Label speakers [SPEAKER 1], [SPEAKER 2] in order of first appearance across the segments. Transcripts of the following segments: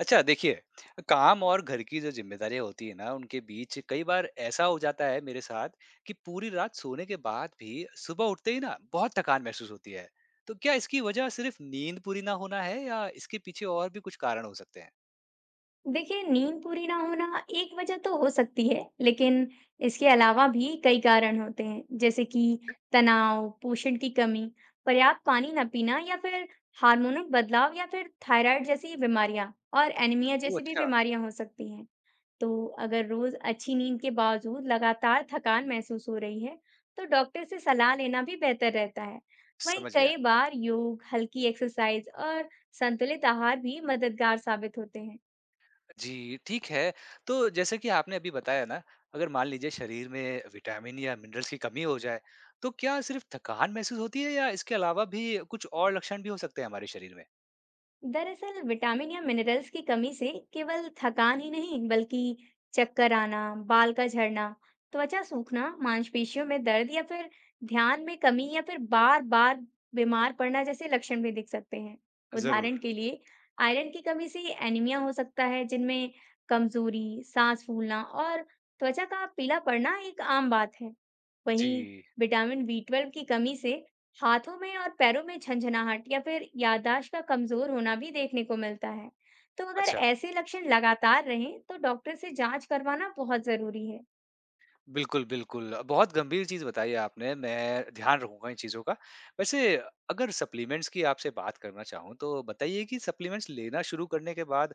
[SPEAKER 1] अच्छा देखिए। काम और घर की जो जिम्मेदारियां होती है ना, उनके बीच कई बार ऐसा हो जाता है मेरे साथ कि पूरी रात सोने के बाद भी सुबह उठते ही ना बहुत थकान महसूस होती है। तो क्या इसकी वजह सिर्फ नींद पूरी ना होना है या इसके पीछे और भी कुछ कारण हो सकते हैं?
[SPEAKER 2] देखिए नींद पूरी ना होना एक वजह तो हो सकती है, लेकिन इसके अलावा भी कई कारण होते हैं, जैसे कि तनाव, पोषण की कमी, पर्याप्त पानी ना पीना या फिर हार्मोनल बदलाव या फिर थायराइड जैसी बीमारियां और एनीमिया
[SPEAKER 1] वो
[SPEAKER 2] जैसी भी
[SPEAKER 1] अच्छा।
[SPEAKER 2] बीमारियां हो सकती हैं। तो अगर रोज अच्छी नींद के बावजूद लगातार थकान महसूस हो रही है, तो डॉक्टर से सलाह लेना भी बेहतर रहता है। वहीं
[SPEAKER 1] समझ गया।
[SPEAKER 2] कई बार योग, हल्की एक्सरसाइज और संतुलित आहार भी मददगार साबित होते हैं।
[SPEAKER 1] जी ठीक है। तो जैसे कि आपने अभी बताया ना, अगर मान लीजिए शरीर में विटामिन या मिनरल्स की कमी हो जाए तो क्या सिर्फ थकान महसूस होती है या इसके अलावा भी कुछ और लक्षण भी हो सकते हैं हमारे शरीर में?
[SPEAKER 2] दरअसल विटामिन या मिनरल्स की कमी से केवल थकान ही नहीं बल्कि चक्कर आना, बाल का झड़ना, त्वचा सूखना, मांसपेशियों में दर्द या फिर ध्यान में कमी या फिर बार बार बीमार पड़ना जैसे लक्षण भी दिख सकते हैं।
[SPEAKER 1] जरूर।
[SPEAKER 2] उदाहरण के लिए आयरन की कमी से एनीमिया हो सकता है जिनमें कमजोरी, सांस फूलना और त्वचा का पीला पड़ना एक आम बात है। वहीं
[SPEAKER 1] जी।
[SPEAKER 2] विटामिन बी 12 की कमी से हाथों में और पैरों में झंझनाहट या फिर याददाश्त का कमजोर होना भी देखने को मिलता है। तो अगर
[SPEAKER 1] अच्छा,
[SPEAKER 2] ऐसे लक्षण लगातार रहें तो डॉक्टर से जांच करवाना बहुत जरूरी है।
[SPEAKER 1] बिल्कुल, बिल्कुल। बहुत गंभीर चीज़ बताई आपने, मैं ध्यान रखूँगा इन चीज़ों का। वैसे अगर सप्लीमेंट्स की आपसे बात करना चाहूँ, तो बताइए कि सप्लीमेंट्स लेना शुरू करने के बाद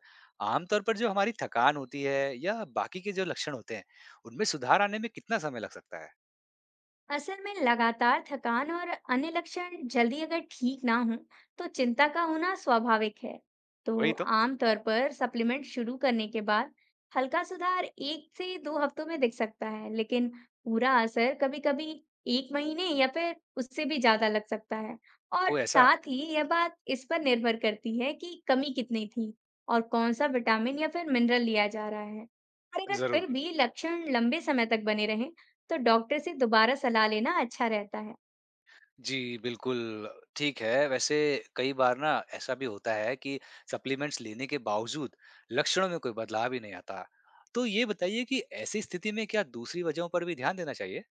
[SPEAKER 1] आम तौर पर जो हमारी थकान होती है या बाकी के जो लक्षण होते हैं, उनमें सुधार आने में कितना समय लग सकता है?
[SPEAKER 2] असल में लगातार थकान और अन्य लक्षण जल्दी अगर ठीक ना हो तो चिंता का होना स्वाभाविक है। तो
[SPEAKER 1] वही तो।
[SPEAKER 2] आमतौर पर सप्लीमेंट शुरू करने के बाद हल्का सुधार 1 से 2 हफ्तों में दिख सकता है लेकिन पूरा असर कभी-कभी एक महीने या फिर उससे भी ज्यादा लग सकता है। और
[SPEAKER 1] ओह! ऐसा?
[SPEAKER 2] साथ ही यह बात इस पर निर्भर करती है कि कमी कितनी थी और कौन सा विटामिन या फिर मिनरल लिया जा रहा है। और अगर
[SPEAKER 1] ज़रूर।
[SPEAKER 2] फिर भी लक्षण लंबे समय तक बने रहें तो डॉक्टर से दोबारा सलाह लेना अच्छा रहता है।
[SPEAKER 1] जी, बिल्कुल, ठीक है। वैसे कई बार ना ऐसा भी होता है कि सप्लीमेंट्स लेने के बावजूद लक्षणों में कोई बदलाव ही नहीं आता। तो ये बताइए कि ऐसी स्थिति में क्या दूसरी वजहों पर भी ध्यान देना चाहिए?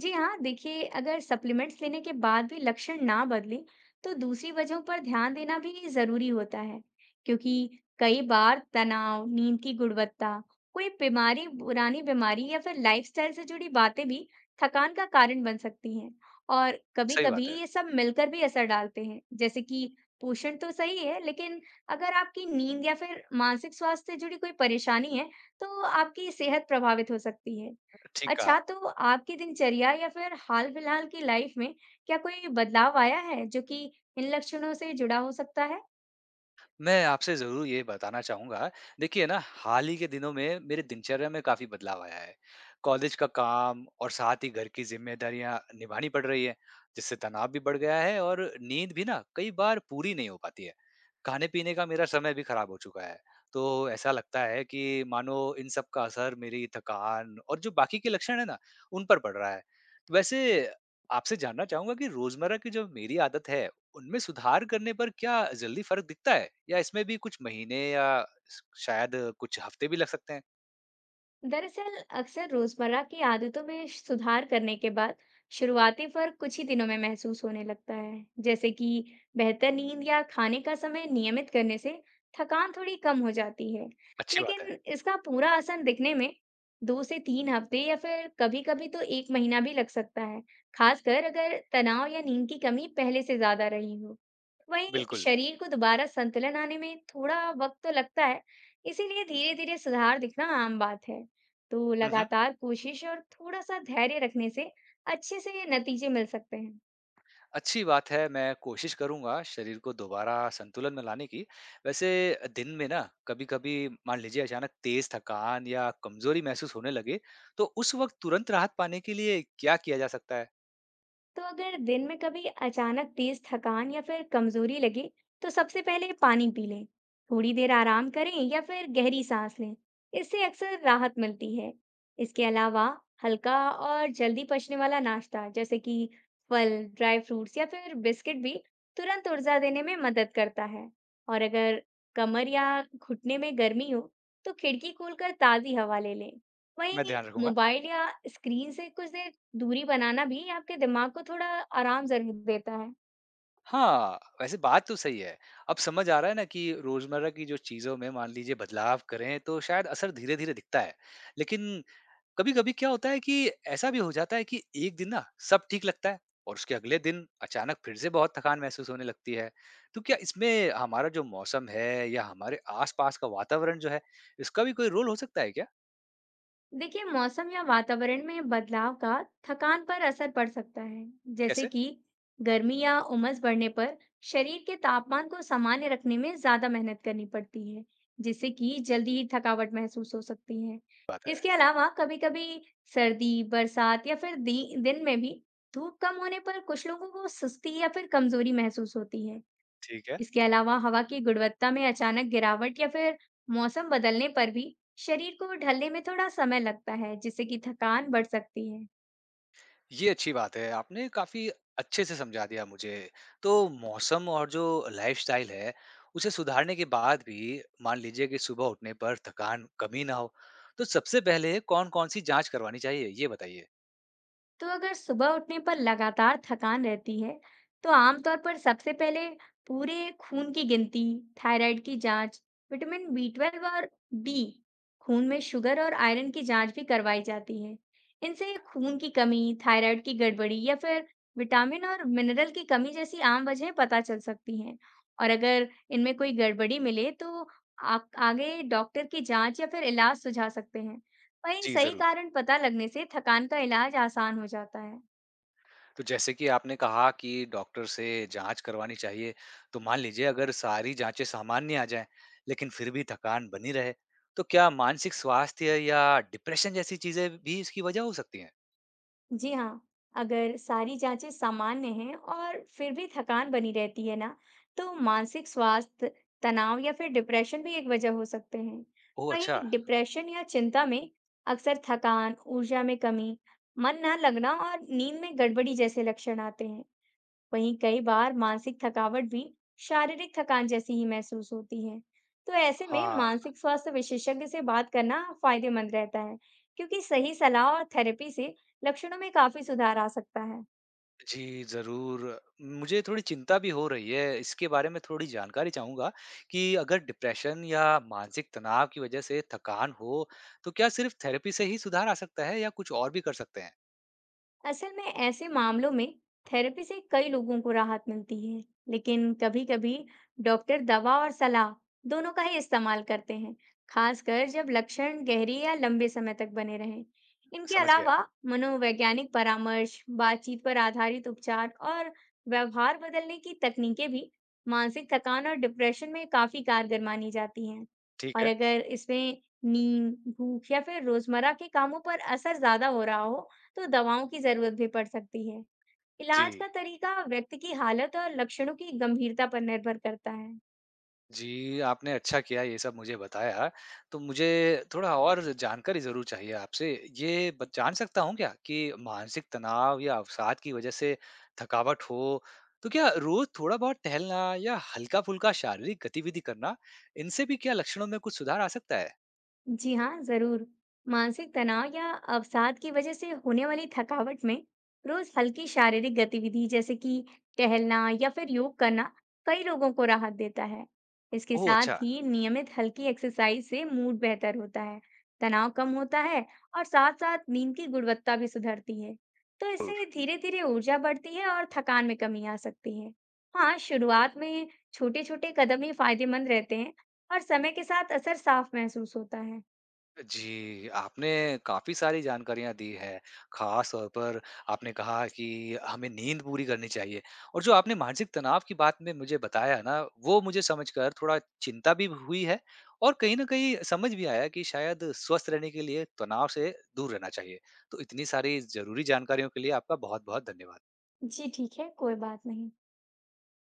[SPEAKER 2] जी हाँ देखिए, अगर सप्लीमेंट्स लेने के बाद भी लक्षण ना बदले तो दूसरी वजहों पर ध्यान देना भी जरूरी होता है, क्योंकि कई बार तनाव, नींद की गुणवत्ता, कोई बीमारी, पुरानी बीमारी या फिर लाइफस्टाइल से जुड़ी बातें भी थकान का कारण बन सकती हैं। और
[SPEAKER 1] सही
[SPEAKER 2] कभी-कभी
[SPEAKER 1] बात है।
[SPEAKER 2] ये सब मिलकर भी असर डालते हैं, जैसे कि पोषण तो सही है लेकिन अगर आपकी नींद या फिर मानसिक स्वास्थ्य से जुड़ी कोई परेशानी है तो आपकी सेहत प्रभावित हो सकती है।
[SPEAKER 1] ठीक कहा।
[SPEAKER 2] अच्छा, तो आपकी दिनचर्या या फिर हाल-फिलहाल की लाइफ में क्या कोई बदलाव आया है, जो कि इन लक्षणों से जुड़ा हो सकता है?
[SPEAKER 1] मैं आपसे ज़रूर ये बताना चाहूँगा। देखिए ना, हाल ही के दिनों में मेरे दिनचर्या में काफ़ी बदलाव आया है। कॉलेज का काम और साथ ही घर की ज़िम्मेदारियाँ निभानी पड़ रही हैं, जिससे तनाव भी बढ़ गया है और नींद भी ना कई बार पूरी नहीं हो पाती है। खाने-पीने का मेरा समय भी ख़राब हो चुका है। तो ऐसा लगता है कि मानो इन सब का असर मेरी थकान और जो बाकी के लक्षण हैं ना, उन पर पड़ रहा है। वैसे आपसे जानना चाहूँगा कि रोज़मर्रा की जो मेरी आदत है, उनमें सुधार करने पर क्या जल्दी फर्क दिखता है या इसमें भी कुछ महीने या शायद कुछ हफ्ते भी लग सकते हैं?
[SPEAKER 2] दरअसल अक्सर रोजमर्रा की आदतों में सुधार करने के बाद शुरुआती फर्क कुछ ही दिनों में महसूस होने लगता है, जैसे कि बेहतर नींद या खाने का समय नियमित करने से थकान थोड़ी कम हो जाती है।
[SPEAKER 1] अच्छी बात है।
[SPEAKER 2] लेकिन इसका पूरा असर दिखने में 2 से 3 हफ्ते या फिर कभी-कभी तो एक महीना भी लग सकता है, खासकर अगर तनाव या नींद की कमी पहले से ज्यादा रही हो। वहीं
[SPEAKER 1] बिल्कुल।
[SPEAKER 2] शरीर को दोबारा संतुलन आने में थोड़ा वक्त तो लगता है। इसीलिए धीरे-धीरे सुधार दिखना आम बात है। तो
[SPEAKER 1] हम्म।
[SPEAKER 2] लगातार कोशिश और थोड़ा सा धैर्य रखने से अच्छे से ये नतीजे मिल सकते हैं।
[SPEAKER 1] अच्छी बात है, मैं कोशिश करूंगा शरीर को दोबारा संतुलन में लाने की। वैसे दिन में ना कभी कभी मान लीजिए अचानक तेज थकान या कमजोरी महसूस होने लगे, तो उस वक्त तुरंत राहत पाने के लिए क्या किया जा सकता है?
[SPEAKER 2] तो अगर दिन में कभी अचानक तेज थकान या फिर कमजोरी लगे तो सबसे पहले पानी पी लें, थोड़ी देर आराम करें या फिर गहरी सांस लें। इससे अक्सर राहत मिलती है। इसके अलावा हल्का और जल्दी पचने वाला नाश्ता जैसे कि फल, ड्राई फ्रूट्स या फिर बिस्किट भी तुरंत ऊर्जा देने में मदद करता है। और अगर कमर या घुटने में गर्मी हो तो खिड़की खोलकर ताजी हवा ले लें।
[SPEAKER 1] मैं
[SPEAKER 2] वहीं
[SPEAKER 1] ध्यान रखूंगा।
[SPEAKER 2] मोबाइल या स्क्रीन से कुछ देर दूरी बनाना भी आपके दिमाग को थोड़ा आराम जरूर देता है।
[SPEAKER 1] हाँ, वैसे बात तो सही है। अब समझ आ रहा है ना कि रोज़मर्रा की जो चीज़ों में मान लीजिए बदलाव करें तो शायद असर धीरे-धीरे दिखता है। लेकिन कभी-कभी क्या होता है कि ऐसा भी हो जाता है कि एक दिन ना सब ठीक लगता है और उसके अगले दिन अचानक फिर से बहुत थकान महसूस होने लगती है। तो क्या इसमें हमारा जो मौसम है या हमारे आस-पास का वातावरण जो है, इसका भी कोई रोल हो सकता है क्या?
[SPEAKER 2] देखिए, मौसम या वातावरण में बदलाव का थकान पर असर पड़ सकता है, जैसे
[SPEAKER 1] कैसे?
[SPEAKER 2] कि गर्मी या उमस बढ़ने पर शरीर के तापमान को सामान्य रखने में ज्यादा मेहनत करनी पड़ती है, जिससे कि जल्दी ही थकावट महसूस हो सकती है।
[SPEAKER 1] बात है।
[SPEAKER 2] इसके अलावा कभी-कभी सर्दी, बरसात या फिर दिन में भी धूप कम होने पर कुछ लोगों को सुस्ती या फिर कमजोरी महसूस होती है।
[SPEAKER 1] ठीक है।
[SPEAKER 2] इसके अलावा हवा की गुणवत्ता में अचानक गिरावट या फिर मौसम बदलने पर भी शरीर को ढलने में थोड़ा समय लगता है, जिससे कि थकान बढ़ सकती है।
[SPEAKER 1] ये अच्छी बात है। आपने काफ़ी अच्छे से समझा दिया मुझे। तो मौसम और जो लाइफ़स्टाइल है, उसे सुधारने के बाद भी मान लीजिए कि सुबह उठने पर थकान कमी ना हो, तो सबसे पहले कौन-कौन सी जाँच करवानी चाहिए? ये बताइए।
[SPEAKER 2] तो अगर सुबह उठने पर लगातार थकान रहती है, तो आमतौर पर सबसे पहले पूरे खून की गिनती, थायराइड की जांच, विटामिन बी 12 और डी, खून में शुगर और आयरन की जांच भी करवाई जाती है। इनसे खून की कमी, थायराइड की गड़बड़ी या फिर विटामिन और मिनरल की कमी जैसी आम वजहें पता चल सकती हैं। और अगर इनमें कोई गड़बड़ी मिले, तो आप आगे डॉक्टर की जांच या फिर इलाज सुझा सकते हैं। वहीं
[SPEAKER 1] जी,
[SPEAKER 2] सही
[SPEAKER 1] ज़रूर।
[SPEAKER 2] कारण पता लगने से थकान का इलाज आसान हो जाता है।
[SPEAKER 1] तो जैसे कि आपने कहा कि डॉक्टर से जाँच करवानी चाहिए, तो मान लीजिए अगर सारी जाँचें सामान्य आ जाएँ, लेकिन फिर भी थकान बनी रहे, तो क्या मानसिक स्वास्थ्य या डिप्रेशन जैसी चीज़ें भी इसकी वजह हो सकती हैं?
[SPEAKER 2] जी हाँ, अगर सारी जांचें सामान्य हैं और फिर भी थकान बनी रहती है ना, तो मानसिक स्वास्थ्य, तनाव या फिर डिप्रेशन भी एक वजह हो सकते हैं।
[SPEAKER 1] ओह! अच्छा।
[SPEAKER 2] वहीं डिप्रेशन या चिंता में अक्सर थकान, ऊर्जा में कमी, मन ना लगना और नींद में गड़बड़ी जैसे लक्षण आते हैं। वहीं कई बार मानसिक थकावट भी शारीरिक थकान जैसी ही महसूस होती है। तो ऐसे में
[SPEAKER 1] हाँ।
[SPEAKER 2] मानसिक स्वास्थ्य विशेषज्ञ से बात करना फायदेमंद रहता है, क्योंकि सही सलाह और थेरेपी से लक्षणों में काफी सुधार आ सकता है।
[SPEAKER 1] जी, ज़रूर। मुझे थोड़ी चिंता भी हो रही है, इसके बारे में थोड़ी जानकारी चाहूँगा कि अगर डिप्रेशन या मानसिक तनाव की वजह से थकान हो, तो क्या सिर्फ़ थेरेपी से ही सुधार आ सकता है या कुछ और भी कर सकते हैं?
[SPEAKER 2] असल में ऐसे मामलों में थेरेपी से कई लोगों को राहत मिलती है, लेकिन कभी-कभी डॉक्टर दवा और सलाह दोनों का ही इस्तेमाल करते हैं, खासकर जब लक्षण गहरे या लंबे समय तक बने रहें। इनके
[SPEAKER 1] समझ गया।
[SPEAKER 2] अलावा मनोवैज्ञानिक परामर्श, बातचीत पर आधारित उपचार और व्यवहार बदलने की तकनीकें भी मानसिक थकान और डिप्रेशन में काफी कारगर मानी जाती हैं।
[SPEAKER 1] ठीक
[SPEAKER 2] और
[SPEAKER 1] है।
[SPEAKER 2] अगर इसमें नींद, भूख या फिर रोजमर्रा के कामों पर असर ज्यादा हो रहा हो, तो दवाओं की जरूरत भी पड़ सकती है।
[SPEAKER 1] जी।
[SPEAKER 2] इलाज का तरीका व्यक्ति की हालत और लक्षणों की गंभीरता पर निर्भर करता है।
[SPEAKER 1] जी, आपने अच्छा किया ये सब मुझे बताया। तो मुझे थोड़ा और जानकारी ज़रूर चाहिए आपसे। ये ब जान सकता हूँ क्या कि मानसिक तनाव या अवसाद की वजह से थकावट हो, तो क्या रोज़ थोड़ा-बहुत टहलना या हल्का-फुल्का शारीरिक गतिविधि करना, इनसे भी क्या लक्षणों में कुछ सुधार आ सकता है?
[SPEAKER 2] जी हाँ, जरूर। मानसिक तनाव या अवसाद की वजह से होने वाली थकावट में रोज हल्की शारीरिक गतिविधि जैसे कि टहलना या फिर योग करना कई लोगों को राहत देता है। इसके
[SPEAKER 1] ओह!
[SPEAKER 2] साथ
[SPEAKER 1] अच्छा।
[SPEAKER 2] ही नियमित हल्की एक्सरसाइज से मूड बेहतर होता है, तनाव कम होता है और साथ-साथ नींद की गुणवत्ता भी सुधरती है। तो
[SPEAKER 1] ज़रूर।
[SPEAKER 2] इससे धीरे-धीरे ऊर्जा बढ़ती है और थकान में कमी आ सकती है। हाँ, शुरुआत में छोटे-छोटे कदम ही फायदेमंद रहते हैं और समय के साथ असर साफ महसूस होता है।
[SPEAKER 1] जी, आपने काफ़ी सारी जानकारियाँ दी हैं। ख़ास तौर पर आपने कहा कि हमें नींद पूरी करनी चाहिए, और जो आपने मानसिक तनाव की बात में मुझे बताया ना, वो मुझे समझकर थोड़ा चिंता भी हुई है और कहीं न कहीं समझ भी आया कि शायद स्वस्थ रहने के लिए तनाव से दूर रहना चाहिए। तो इतनी सारी ज़रूरी जानकारियों के लिए आपका बहुत-बहुत धन्यवाद।
[SPEAKER 2] जी ठीक है, कोई बात नहीं।